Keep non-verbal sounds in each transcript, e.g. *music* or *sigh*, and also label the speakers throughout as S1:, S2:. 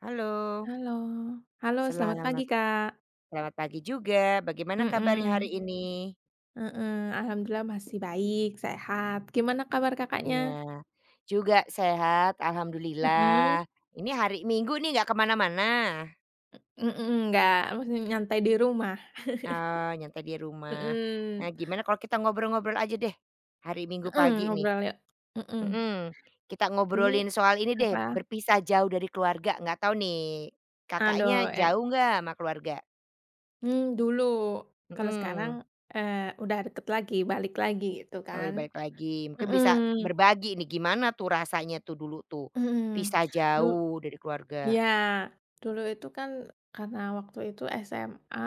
S1: Halo,
S2: Halo. Halo, selamat pagi,
S1: selamat
S2: Kak.
S1: selamat pagi juga. Bagaimana kabarnya hari
S2: Mhm,
S1: ini?
S2: heeh, alhamdulillah masih baik, sehat. Gimana kabar Kakaknya?
S1: Iya, juga sehat,
S2: Mhm,
S1: alhamdulillah. Ini hari Minggu nih nggak kemana-mana,
S2: mhm, enggak, masih nyantai di rumah.
S1: nyantai di rumah. Nah,
S2: Mhm,
S1: gimana kalau kita ngobrol-ngobrol aja deh, hari Minggu
S2: mhm,
S1: pagi nih?
S2: ngobrol yuk, mhm.
S1: Mhm, kita
S2: Ini
S1: ngobrolin soal ini
S2: apa
S1: deh, berpisah jauh dari keluarga, nggak tahu nih
S2: aduh,
S1: Kakaknya
S2: eh,
S1: jauh nggak sama keluarga?
S2: mmm, Dulu. Kalau sekarang,
S1: Mhm.
S2: udah deket lagi, balik lagi gitu
S1: Oh,
S2: kan.
S1: udah balik lagi, mungkin bisa
S2: Mhm,
S1: berbagi nih gimana tuh rasanya tuh dulu tuh,
S2: mhm.
S1: pisah
S2: Du
S1: jauh dari keluarga?
S2: Iya, Dulu itu kan karena waktu itu SMA,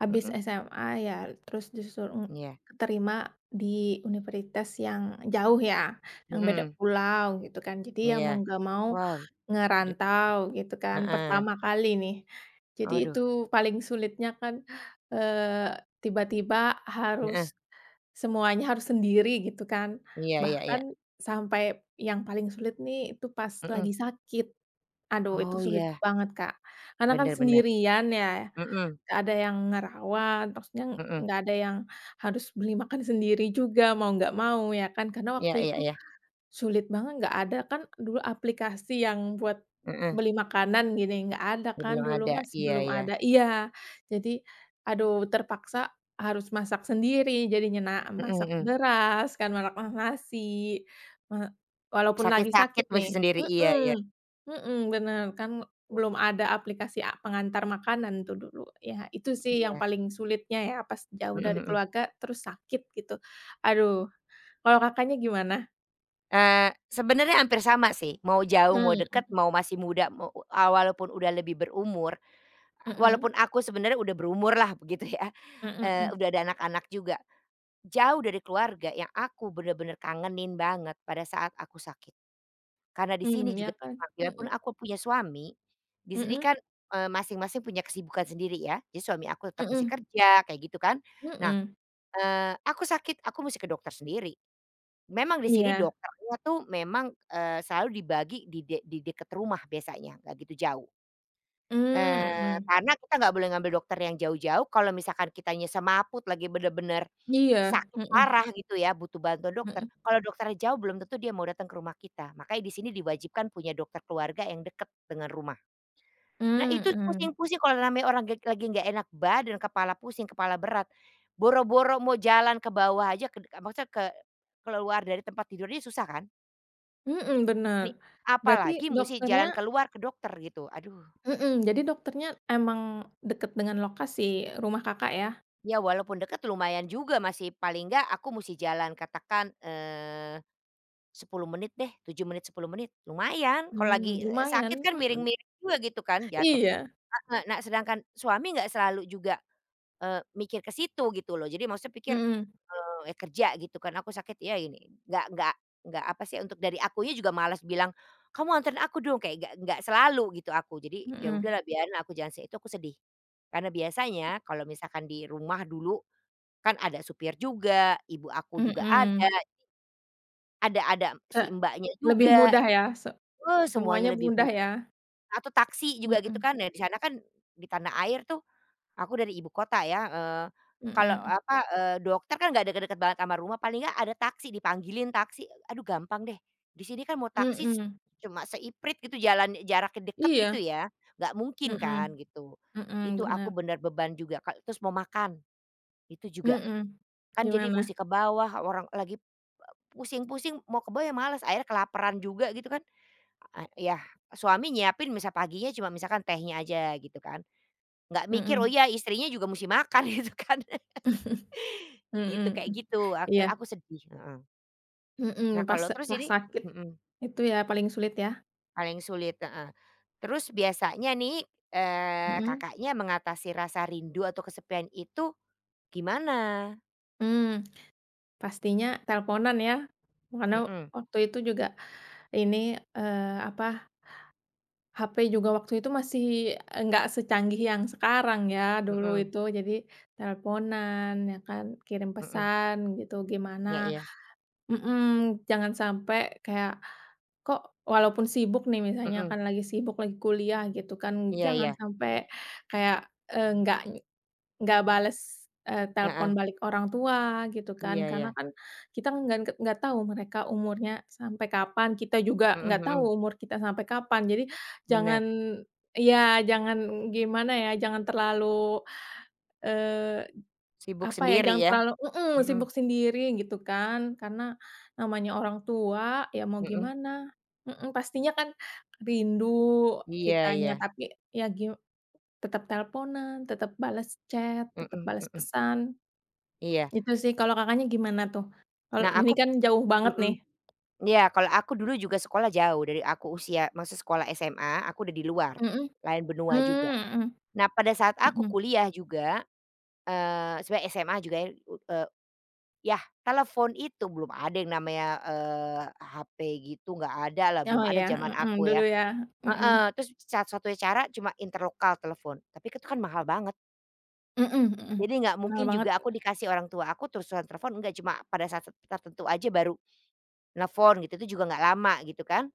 S2: habis
S1: Mhm,
S2: SMA ya terus disuruh
S1: iya,
S2: keterima di universitas yang jauh ya, yang beda
S1: mhm,
S2: pulau gitu kan. Jadi ya
S1: iya.
S2: mau nggak mau
S1: Wah, gede,
S2: ngerantau gitu kan,
S1: heeh,
S2: pertama kali nih. Jadi
S1: aduh,
S2: itu paling sulitnya kan, eee, tiba-tiba harus
S1: heeh,
S2: semuanya harus sendiri gitu kan.
S1: iya iya
S2: Bahkan
S1: iya,
S2: sampai yang paling sulit nih itu pas
S1: mhm.
S2: lagi sakit. Aduh itu
S1: Oh
S2: sulit
S1: iya,
S2: banget, Kak. Karena kan
S1: bener bener,
S2: sendirian ya,
S1: mhm
S2: nggak ada yang ngerawat, maksudnya
S1: mhm,
S2: nggak ada yang harus beli makan sendiri juga, mau nggak mau ya kan, karena
S1: iya
S2: waktu
S1: iya
S2: itu
S1: iya,
S2: sulit banget, nggak ada kan dulu aplikasi yang buat
S1: heeh,
S2: beli makanan gini, nggak ada
S1: ya
S2: kan
S1: belum
S2: dulu
S1: ada,
S2: masih
S1: iya
S2: belum
S1: iya,
S2: ada iya, jadi aduh terpaksa harus masak sendiri jadinya, nah
S1: mhm
S2: masak
S1: mhm,
S2: beras kan, masak nasi, me walaupun lagi sakit
S1: sakit-sakit
S2: nih.
S1: masih sendiri, iya iya,
S2: Mhm, mhm, bener kan belum ada aplikasi pengantar makanan tuh dulu, ya itu sih yang
S1: iya,
S2: paling sulitnya ya pas jauh
S1: mhm
S2: dari
S1: mhm.
S2: keluarga terus sakit gitu, aduh. Kalau Kakaknya gimana?
S1: Sebenarnya hampir sama sih, mau jauh, mau deket,
S2: Mhm.
S1: mau masih muda, walaupun udah lebih berumur,
S2: Mhm,
S1: walaupun aku sebenarnya udah berumur lah begitu ya,
S2: mhm, mhm,
S1: udah ada anak-anak juga. Jauh dari keluarga yang aku bener-bener kangenin banget pada saat aku sakit. Karena di sini
S2: mmm, ya
S1: juga
S2: kan,
S1: sama, biarpun
S2: mhm,
S1: aku punya suami, di sini
S2: mhm,
S1: kan, masing-masing punya kesibukan sendiri ya. Jadi suami aku tetap mesti
S2: mhm,
S1: kerja kayak gitu kan. Nah,
S2: mhm,
S1: aku sakit, aku mesti ke dokter sendiri. Memang di sini
S2: iya,
S1: dokternya tuh memang, selalu dibagi di dekat rumah biasanya, nggak gitu jauh.
S2: mmm, mhm,
S1: Karena kita nggak boleh ngambil dokter yang jauh-jauh, kalau misalkan kitanya semaput lagi bener-bener
S2: iya,
S1: sakit
S2: mhm,
S1: parah gitu ya, butuh bantuan dokter,
S2: mhm,
S1: kalau dokternya jauh belum tentu dia mau datang ke rumah kita. Makanya di sini diwajibkan punya dokter keluarga yang dekat dengan rumah. Nah itu
S2: mmm,
S1: pusing-pusing kalau namanya orang gek lagi nggak enak badan, kepala pusing, kepala berat, boro-boro mau jalan ke bawah aja ke maksudnya ke keluar dari tempat tidurnya susah kan?
S2: mhm, mhm, bener.
S1: Ni
S2: Berarti
S1: Apalagi musti
S2: dokternya
S1: jalan keluar ke dokter gitu, aduh.
S2: Mhm, jadi dokternya emang deket dengan lokasi rumah Kakak ya?
S1: Ya walaupun deket lumayan juga masih paling enggak aku musti jalan katakan, 10 menit deh, 7 menit, 10 menit, lumayan. Kalau
S2: Mmm,
S1: lagi,
S2: lumayan,
S1: sakit kan
S2: mhm,
S1: miring-miring juga gitu kan jatuh.
S2: iya,
S1: Heeh, nah sedangkan suami nggak selalu juga. Mikir ke situ gitu loh. Jadi maksudnya pikir,
S2: mhm,
S1: ya kerja gitu kan, aku sakit ya ini, nggak apa sih, untuk dari akunya juga malas bilang, "Kamu anterin aku dong," kayak nggak selalu gitu aku. Jadi ya
S2: mhm,
S1: udahlah biarin aku jalan sendiri, itu aku sedih. Karena biasanya kalau misalkan di rumah dulu kan ada supir juga, ibu aku juga ada,
S2: mhm,
S1: ada
S2: se
S1: si mbaknya
S2: lebih
S1: juga,
S2: mudah ya, semuanya
S1: semuanya lebih
S2: mudah
S1: mudah.
S2: ya,
S1: Atau taksi juga gitu
S2: mhm,
S1: kan, nah di sana kan di tanah air tuh, aku dari ibu kota ya, kalau
S2: mhm,
S1: apa, dokter kan nggak deket-deket banget sama rumah, paling nggak ada taksi, dipanggilin taksi, aduh gampang deh. Di sini kan mau taksi
S2: mhm,
S1: cuma seiprit gitu jalan jaraknya deket gitu
S2: iya,
S1: ya, nggak mungkin
S2: mhm,
S1: kan gitu.
S2: mhm,
S1: Itu aku
S2: bener.
S1: bener beban juga, terus mau makan, itu juga.
S2: Mhm,
S1: Kan jadi
S2: gimana?
S1: musti ke bawah, orang lagi, pusing-pusing mau ke bawah ya males, akhirnya kelaparan juga gitu kan. A yah Suami nyiapin misal paginya cuma misalkan tehnya aja gitu kan. Nggak mikir, "Oh
S2: Mhm.
S1: iya istrinya juga mesti makan," *laughs* gitu kan.
S2: *laughs* Mhm,
S1: Gitu, kayak
S2: mmm,
S1: gitu,
S2: iya,
S1: aku sedih, heeh. Nah
S2: mhm, pas
S1: kalau terus
S2: pas
S1: ini,
S2: sakit
S1: mhm,
S2: itu ya paling sulit ya,
S1: paling sulit, heeh. Terus biasanya nih,
S2: mhm,
S1: Kakaknya mengatasi rasa rindu atau kesepian itu gimana?
S2: mmm, pastinya teleponan ya, karena
S1: Mhm
S2: waktu itu juga ini, eee, apa, HP juga waktu itu masih enggak secanggih yang sekarang ya, dulu
S1: mhm,
S2: itu jadi teleponan ya kan, kirim pesan gitu gimana.
S1: ya, iya iya,
S2: Mhm, jangan sampai kayak Kok walaupun sibuk nih misalnya
S1: mhm,
S2: kan lagi sibuk, lagi kuliah gitu kan,
S1: iya
S2: jangan
S1: iya,
S2: sampai kayak, eee, nggak nggak bales, telepon
S1: heeh,
S2: balik orang tua gitu kan.
S1: iya iya,
S2: Karena kan kita nggak tahu mereka umurnya sampai kapan, kita juga
S1: mhm
S2: nggak tahu
S1: mhm,
S2: umur kita sampai kapan. Jadi jangan
S1: bener.
S2: iya jangan gimana ya, jangan terlalu, eee
S1: Sibuk sendiri ya?
S2: mhm, sibuk
S1: Mhm
S2: sendiri gitu kan, karena namanya orang tua ya mau
S1: mhm,
S2: gimana. Mhm, pastinya kan rindu
S1: iya
S2: kitanya,
S1: iya,
S2: tapi ya gi tetap teleponan, tetap balas chat, tetap
S1: mhm
S2: balas
S1: mhm,
S2: pesan,
S1: iya.
S2: itu sih. Kalau Kakaknya gimana tuh? Kalau
S1: Nah,
S2: ini
S1: aku.
S2: kan jauh banget nih.
S1: Mhm. Iya, kalau aku dulu juga sekolah jauh dari aku usia maksud sekolah SMA, aku udah di luar,
S2: Mhm,
S1: lain benua juga.
S2: mmm, mhm,
S1: Nah, pada saat aku
S2: mhm.
S1: kuliah juga, sebenarnya SMA juga ya, yah telepon itu belum ada yang namanya, HP gitu nggak ada lah,
S2: Oh
S1: belum ada
S2: ya,
S1: zaman
S2: mhm,
S1: aku
S2: dulu
S1: ya,
S2: ya, mhm,
S1: heeh, terus satu-satunya cara cuma interlokal telepon, tapi itu kan mahal banget.
S2: mhm, mhm,
S1: Jadi nggak
S2: kenal
S1: mungkin
S2: banget,
S1: juga aku dikasih orang tua aku terus-terusan telepon, enggak, cuma pada saat tertentu aja baru nelfon gitu, itu juga nggak lama gitu kan.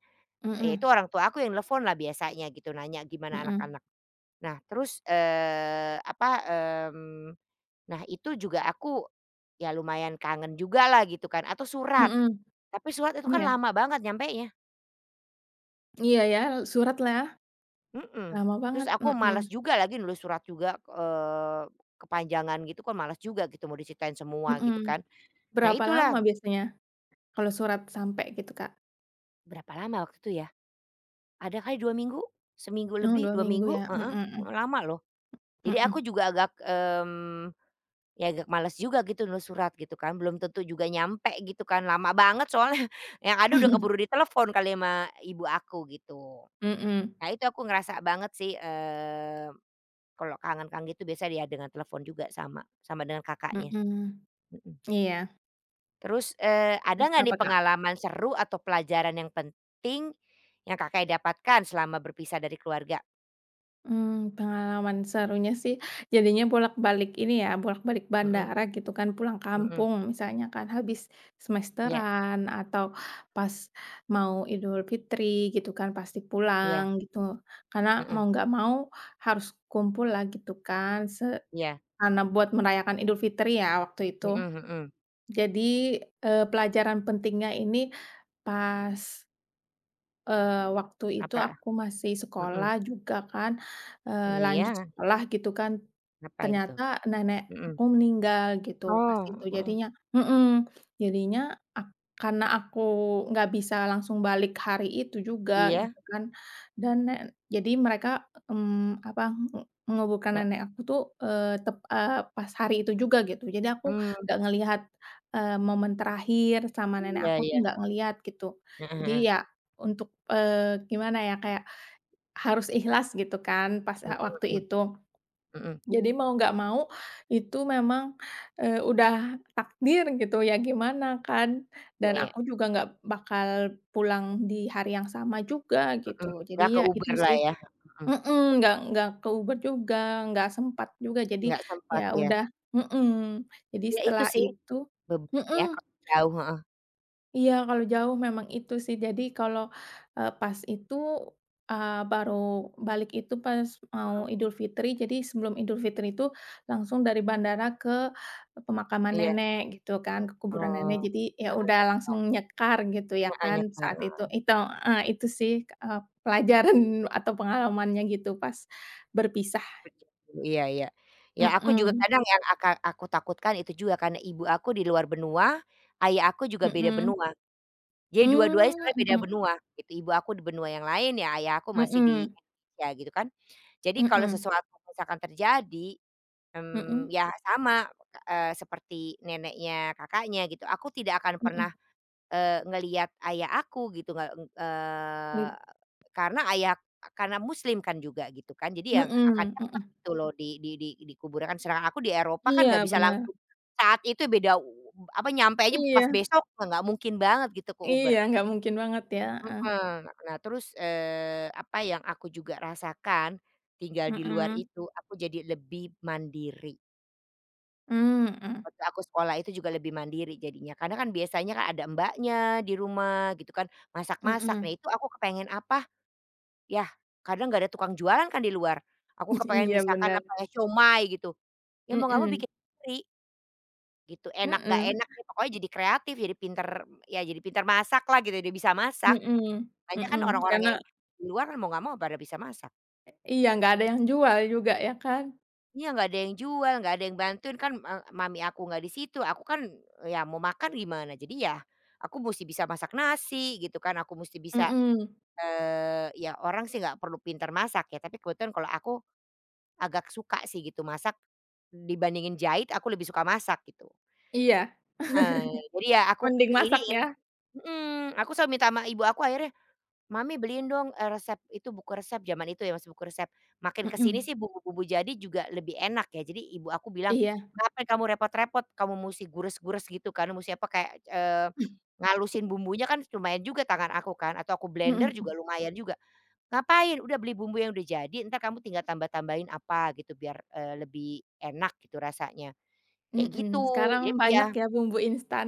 S1: Ya itu
S2: mhm,
S1: orang tua aku yang nelfon lah biasanya gitu, nanya gimana
S2: mhm,
S1: anak-anak. Nah terus, apa, mmm, nah itu juga aku, ya lumayan kangen juga lah gitu kan, atau surat.
S2: mhm,
S1: Tapi surat itu kan
S2: iya.
S1: lama banget nyampe.
S2: Iya ya, surat lah. Ya.
S1: mhm.
S2: Lama
S1: Terus
S2: banget,
S1: aku
S2: mhm,
S1: malas juga lagi nulis surat juga, kepanjangan gitu kan malas juga gitu mau diceritain semua gitu kan.
S2: mhm.
S1: Nah
S2: Berapa lama
S1: itulah,
S2: biasanya kalau surat sampai gitu, Kak?
S1: berapa lama waktu itu ya, ada kali 2 minggu, seminggu
S2: Oh,
S1: lebih,
S2: 2
S1: 2
S2: minggu ya,
S1: minggu,
S2: mhm,
S1: heeh,
S2: mhm,
S1: lama loh. Jadi aku
S2: mhm,
S1: juga agak, ya agak males juga gitu nulis surat gitu kan, belum tentu juga nyampe gitu kan, lama banget soalnya *laughs* yang ada udah keburu
S2: *laughs*
S1: ditelepon kali sama ibu aku gitu.
S2: mhm,
S1: Nah itu aku ngerasa banget sih, kalau kangen-kangen gitu biasa dia dengan telepon juga sama dengan kakaknya,
S2: mhm,
S1: mhm.
S2: iya,
S1: Terus, ada
S2: terus
S1: nggak
S2: apa,
S1: nih
S2: Kak?
S1: pengalaman seru atau pelajaran yang penting yang kakak dapatkan selama berpisah dari keluarga?
S2: Mmm, pengalaman serunya sih jadinya bolak-balik ini ya, bolak-balik
S1: Mhm
S2: bandara gitu kan, pulang
S1: mhm,
S2: kampung misalnya kan, habis
S1: iya
S2: semesteran atau pas mau Idul Fitri gitu kan, pasti
S1: iya,
S2: pulang gitu, karena mau
S1: mhm,
S2: nggak mau harus kumpul lah gitu kan.
S1: iya,
S2: Karena buat merayakan Idul Fitri ya waktu
S1: mhm
S2: itu.
S1: mhm,
S2: Jadi, pelajaran pentingnya ini pas, waktu itu
S1: apa?
S2: aku masih sekolah
S1: Mhm,
S2: juga kan, lanjut
S1: iya,
S2: sekolah gitu kan.
S1: ngapain tuh?
S2: Ternyata nenek
S1: Mhm.
S2: aku meninggal gitu pas itu
S1: Oh, mhm.
S2: jadinya mhm, jadinya ak karena aku nggak bisa langsung balik hari itu juga
S1: Iya,
S2: gitu kan dan jadi mereka, mmm, apa, nge menguburkan
S1: nggak.
S2: nenek aku tuh, pas hari itu juga gitu jadi aku
S1: Mmm.
S2: nggak ngelihat, momen terakhir sama nenek
S1: Iya
S2: aku tuh
S1: iya,
S2: nggak ngelihat gitu
S1: heeh
S2: jadi
S1: heeh.
S2: ya untuk, gimana ya kayak harus ikhlas gitu kan pas
S1: Mhm
S2: ha waktu
S1: mhm
S2: itu.
S1: mhm.
S2: Jadi mau nggak mau itu memang, udah takdir gitu ya gimana kan,
S1: Iya
S2: dan
S1: iya,
S2: aku juga nggak bakal pulang di hari yang sama juga
S1: mhm.
S2: gitu. Jadi
S1: Nggak
S2: ya itu
S1: keuber lah
S2: sih
S1: ya, mhm,
S2: mhm, nggak ke juga, nggak sempat juga jadi
S1: nggak
S2: ya
S1: sempat ya.
S2: udah mhm, jadi
S1: Ya itu
S2: setelah
S1: sih
S2: itu
S1: beban ya
S2: mhm.
S1: kalau jauh, heeh
S2: Iya, kalau jauh memang itu sih. Jadi kalau, pas itu, baru balik itu pas mau
S1: heeh,
S2: Idul Fitri, jadi sebelum Idul Fitri itu langsung dari bandara ke pemakaman
S1: iya,
S2: nenek gitu kan, ke kuburan
S1: oh,
S2: nenek. Jadi ya
S1: heeh,
S2: udah langsung nyekar gitu ya
S1: heeh,
S2: kan
S1: nyekar,
S2: saat itu. Itu heeh, itu sih, eee, pelajaran *laughs* atau pengalamannya gitu pas berpisah.
S1: kerja dulu, iya iya. Ya aku juga
S2: Mhm,
S1: kadang yang aku takutkan itu juga karena ibu aku di luar benua, ayah aku juga beda
S2: mhm.
S1: benua. Jadi dua-duanya
S2: Mmm,
S1: sebenarnya beda
S2: mhm,
S1: benua gitu, ibu aku di benua yang lain ya ayah aku masih di
S2: mhm,
S1: Indonesia gitu kan. Jadi
S2: mhm,
S1: kalau
S2: mhm,
S1: sesuatu misalkan terjadi,
S2: mhm,
S1: ya sama, seperti neneknya kakaknya gitu, aku tidak akan
S2: mhm,
S1: pernah, ngelihat ayah aku gitu, nggak, eee, karena ayah karena muslim kan juga gitu kan, jadi
S2: mmm,
S1: yang akan
S2: mhm,
S1: cepet
S2: mhm.
S1: gitu loh di dikuburkan. Sedangkan aku di Eropa kan nggak
S2: Iya
S1: bisa
S2: benar.
S1: langsung saat itu beda apa, nyampe aja pas
S2: Iya
S1: besok, nggak mungkin banget gitu ke Uber.
S2: iya nggak mungkin banget ya, heeh,
S1: Mhm, nah terus, apa yang aku juga rasakan, tinggal di luar
S2: mhm,
S1: itu aku jadi lebih mandiri.
S2: mmm, mhm,
S1: Waktu aku sekolah itu juga lebih mandiri jadinya, karena kan biasanya kan ada mbaknya di rumah gitu kan, masak-masak.
S2: mhm,
S1: Nah itu aku kepengen apa, yah kadang nggak ada tukang jualan kan di luar. Aku
S2: *laughs*
S1: kepengen
S2: iya
S1: misalkan
S2: bener,
S1: apa ya, siomay gitu, ya mau nggak mau
S2: mhm,
S1: bikin sendiri gitu, enak nggak
S2: mhm,
S1: enak ya pokoknya jadi kreatif, jadi pinter ya jadi pinter masak lah gitu, dia bisa masak.
S2: mhm,
S1: Banyak kan
S2: mhm,
S1: orang-orang
S2: karena
S1: yang di luar kan mau nggak mau pada bisa masak.
S2: iya nggak ada yang jual juga ya kan,
S1: Iya, nggak ada yang jual, nggak ada yang bantuin kan, mami aku nggak di situ, aku kan ya mau makan gimana? Jadi ya aku mesti bisa masak nasi gitu kan, aku mesti bisa,
S2: mhm,
S1: ya orang sih nggak perlu pintar masak ya, tapi kebetulan kalau aku agak suka sih gitu masak, dibandingin jahit aku lebih suka masak gitu.
S2: iya,
S1: Heeh, jadi ya
S2: *laughs*
S1: aku
S2: mending
S1: ke- ini
S2: masak ya,
S1: mhm, aku selalu minta sama ibu aku akhirnya Mami beliin dong, resep itu buku resep zaman itu ya masih buku resep. Makin ke sini sih
S2: mhm,
S1: bumbu-bumbu jadi juga lebih enak ya. Jadi ibu aku bilang,
S2: iya,
S1: "Ngapain kamu repot-repot, kamu musti gures-gures gitu kan, musti apa kayak,
S2: *laughs*
S1: ngalusin bumbunya kan lumayan juga tangan aku kan atau aku blender juga
S2: mhm,
S1: lumayan juga. Ngapain, udah beli bumbu yang udah jadi entar kamu tinggal tambah-tambahin apa gitu biar, lebih enak gitu rasanya."
S2: mhm,
S1: Kayak
S2: mhm,
S1: gitu.
S2: sekarang
S1: Jadi iya.
S2: banyak ya bumbu instan,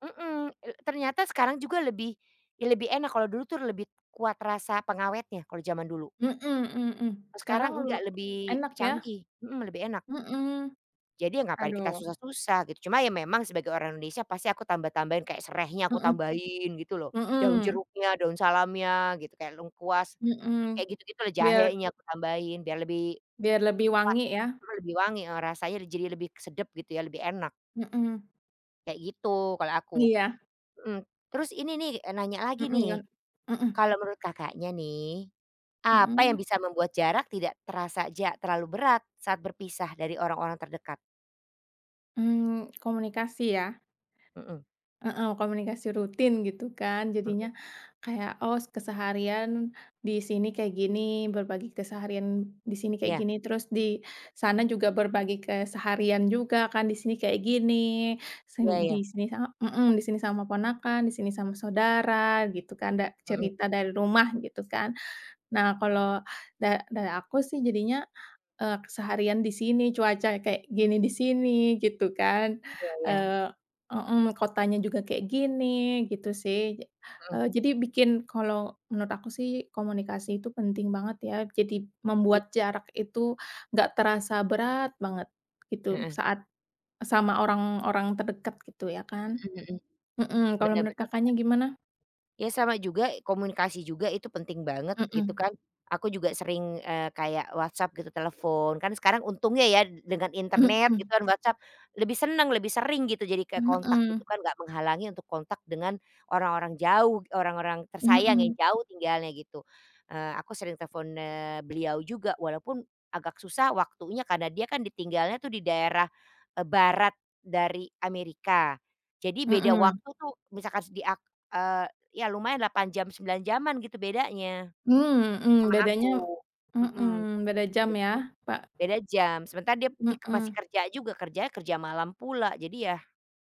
S1: Mhm, ternyata sekarang juga lebih, ya lebih enak, kalau dulu tuh lebih kuat rasa pengawetnya kalau zaman dulu.
S2: mhm, mhm,
S1: Kalau
S2: sekarang
S1: sekarang
S2: lu
S1: enggak, lebih
S2: enak ya,
S1: canggih, lebih enak.
S2: mhm,
S1: Jadi ya ngapain kita
S2: aduh,
S1: susah-susah gitu, cuma ya memang sebagai orang Indonesia pasti aku tambah-tambahin kayak serehnya aku
S2: mhm,
S1: tambahin gitu loh, daun
S2: mhm,
S1: jeruknya, daun salamnya gitu, kayak lengkuas,
S2: mhm,
S1: kayak gitu-gitulah,
S2: biar
S1: jahenya aku tambahin biar lebih
S2: biar lebih
S1: kuat,
S2: wangi ya?
S1: mhm, lebih wangi, rasanya jadi lebih sedep gitu ya, lebih enak,
S2: Mhm,
S1: kayak gitu kalau aku,
S2: iya,
S1: mhm. Terus ini nih, nanya lagi
S2: mhm,
S1: nih.
S2: kan mhm,
S1: Kalau menurut Kakaknya nih, apa yang
S2: mhm,
S1: bisa membuat jarak tidak terasa terlalu berat saat berpisah dari orang-orang terdekat?
S2: mmm, komunikasi ya?
S1: Mhm
S2: Heeh, komunikasi rutin gitu kan
S1: mhm,
S2: jadinya kayak, "Oh keseharian di sini kayak gini, berbagi keseharian di sini kayak
S1: iya
S2: gini, terus di sana juga berbagi keseharian juga kan di sini kayak gini,
S1: iya
S2: sen
S1: iya,
S2: di sini sama" mhm, "di sini sama ponakan, di sini sama saudara," gitu kan, da
S1: mhm,
S2: cerita dari rumah gitu kan. Nah, kalau da dari aku sih jadinya, keseharian di sini, cuaca kayak gini di sini, gitu kan.
S1: iya iya,
S2: Eee mhm, Kotanya juga kayak gini, gitu sih.
S1: mhm,
S2: Jadi bikin kalau menurut aku sih komunikasi itu penting banget ya, jadi
S1: i
S2: membuat jarak itu nggak terasa berat banget, gitu,
S1: heeh,
S2: saat sama orang-orang terdekat, gitu ya kan.
S1: mhm mhm,
S2: Mhm, kalau
S1: bener
S2: menurut
S1: bener bener.
S2: Kakaknya gimana?
S1: Ya sama juga, komunikasi juga itu penting banget gitu
S2: Mhm,
S1: kan. Aku juga sering, kayak WhatsApp gitu, telepon, kan sekarang untungnya ya dengan internet
S2: mhm,
S1: gitu kan WhatsApp, lebih seneng, lebih sering gitu jadi kayak
S2: mhm,
S1: kontak gitu
S2: mhm,
S1: kan, nggak menghalangi untuk kontak dengan orang-orang jauh, orang-orang tersayang yang
S2: mhm,
S1: jauh tinggalnya gitu. Aku sering telepon, beliau juga walaupun agak susah waktunya karena dia kan ditinggalnya tuh di daerah, barat dari Amerika. Jadi beda
S2: mhm.
S1: waktu tuh misalkan di ak eee ya lumayan 8 jam, 9 jaman gitu bedanya.
S2: Mmm, mhm,
S1: Sama aku.
S2: bedanya
S1: Mhm,
S2: mhm, beda jam ya,
S1: gitu.
S2: Pak?
S1: Beda jam, sementara dia masih
S2: Mhm,
S1: kerja juga, kerjanya kerja malam pula, jadi ya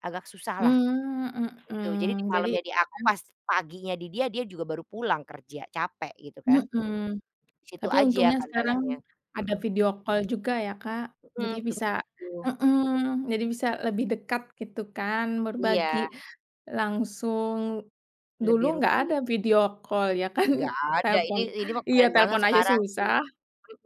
S1: agak susah lah
S2: mmm,
S1: gitu. Jadi di
S2: mhm, jadi
S1: malamnya di aku
S2: kan
S1: pas paginya di dia, dia juga baru pulang kerja, capek gitu kan.
S2: mhm,
S1: Di situ
S2: tapi
S1: aja
S2: untungnya sekarang
S1: kendalanya.
S2: ada
S1: Mhm
S2: video call juga ya, Kak, jadi
S1: mhm, tuh
S2: bisa
S1: gitu.
S2: mhm, jadi bisa lebih dekat gitu kan, berbagi
S1: Iya,
S2: langsung. Dulu
S1: lebih
S2: nggak ada
S1: rutin.
S2: video call ya kan,
S1: Nggak
S2: *laughs*
S1: ada,
S2: telepon
S1: ini mah
S2: iya,
S1: keren banget
S2: telepon aja
S1: sekarang.
S2: susah.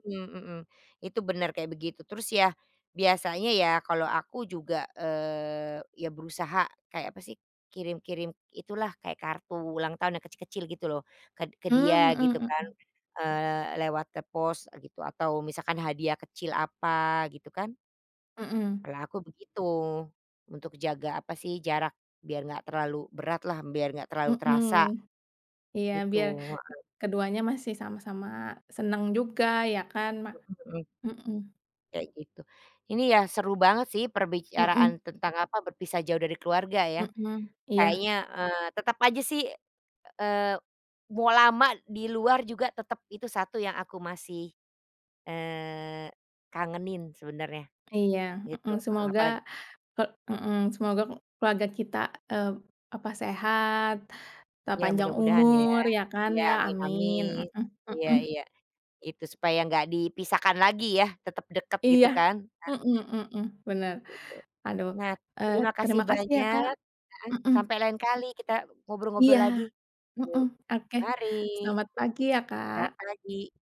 S1: Mhm mhm. Itu benar kayak begitu. Terus ya, biasanya ya kalau aku juga, ya berusaha kayak apa sih, kirim-kirim itulah kayak kartu ulang tahun yang kecil-kecil gitu loh, ke
S2: Mmm,
S1: dia gitu kan,
S2: mhm,
S1: lewat ke pos gitu atau misalkan hadiah kecil apa gitu kan.
S2: mhm,
S1: Kalau aku begitu, untuk jaga apa sih, jarak biar nggak terlalu berat lah biar nggak terlalu
S2: mhm,
S1: terasa
S2: mhm, iya, biar
S1: gitu,
S2: keduanya masih sama-sama seneng juga ya kan, ma
S1: mhm.
S2: mhm,
S1: Kayak gitu. Ini ya seru banget sih
S2: mhm,
S1: perbicaraan tentang apa, berpisah jauh dari keluarga ya.
S2: mhm, iya
S1: Kayaknya, tetap aja sih, eee, mau lama di luar juga tetap itu satu yang aku masih, eee, kangenin sebenarnya
S2: iya,
S1: gitu,
S2: mhm, semoga
S1: apalagi,
S2: he mhm, semoga keluarga kita, eee, sehat,
S1: ya
S2: panjang
S1: mudah-mudahan ya.
S2: umur ya kan
S1: Ya,
S2: ya,
S1: amin
S2: amin,
S1: amin.
S2: mhm,
S1: Iya
S2: mhm,
S1: iya, itu supaya nggak dipisahkan lagi ya, tetap dekat
S2: iya,
S1: gitu kan,
S2: mhm, mhm, bener.
S1: gitu.
S2: Aduh,
S1: Nah,
S2: eee,
S1: terima kasih
S2: terima kasih ya Kak,
S1: banyak ah.
S2: mhm,
S1: Sampai lain kali kita
S2: iya,
S1: ngobrol-ngobrol lagi.
S2: mhm,
S1: Yuk.
S2: oke,
S1: Mari,
S2: selamat pagi ya Kak.
S1: selamat pagi.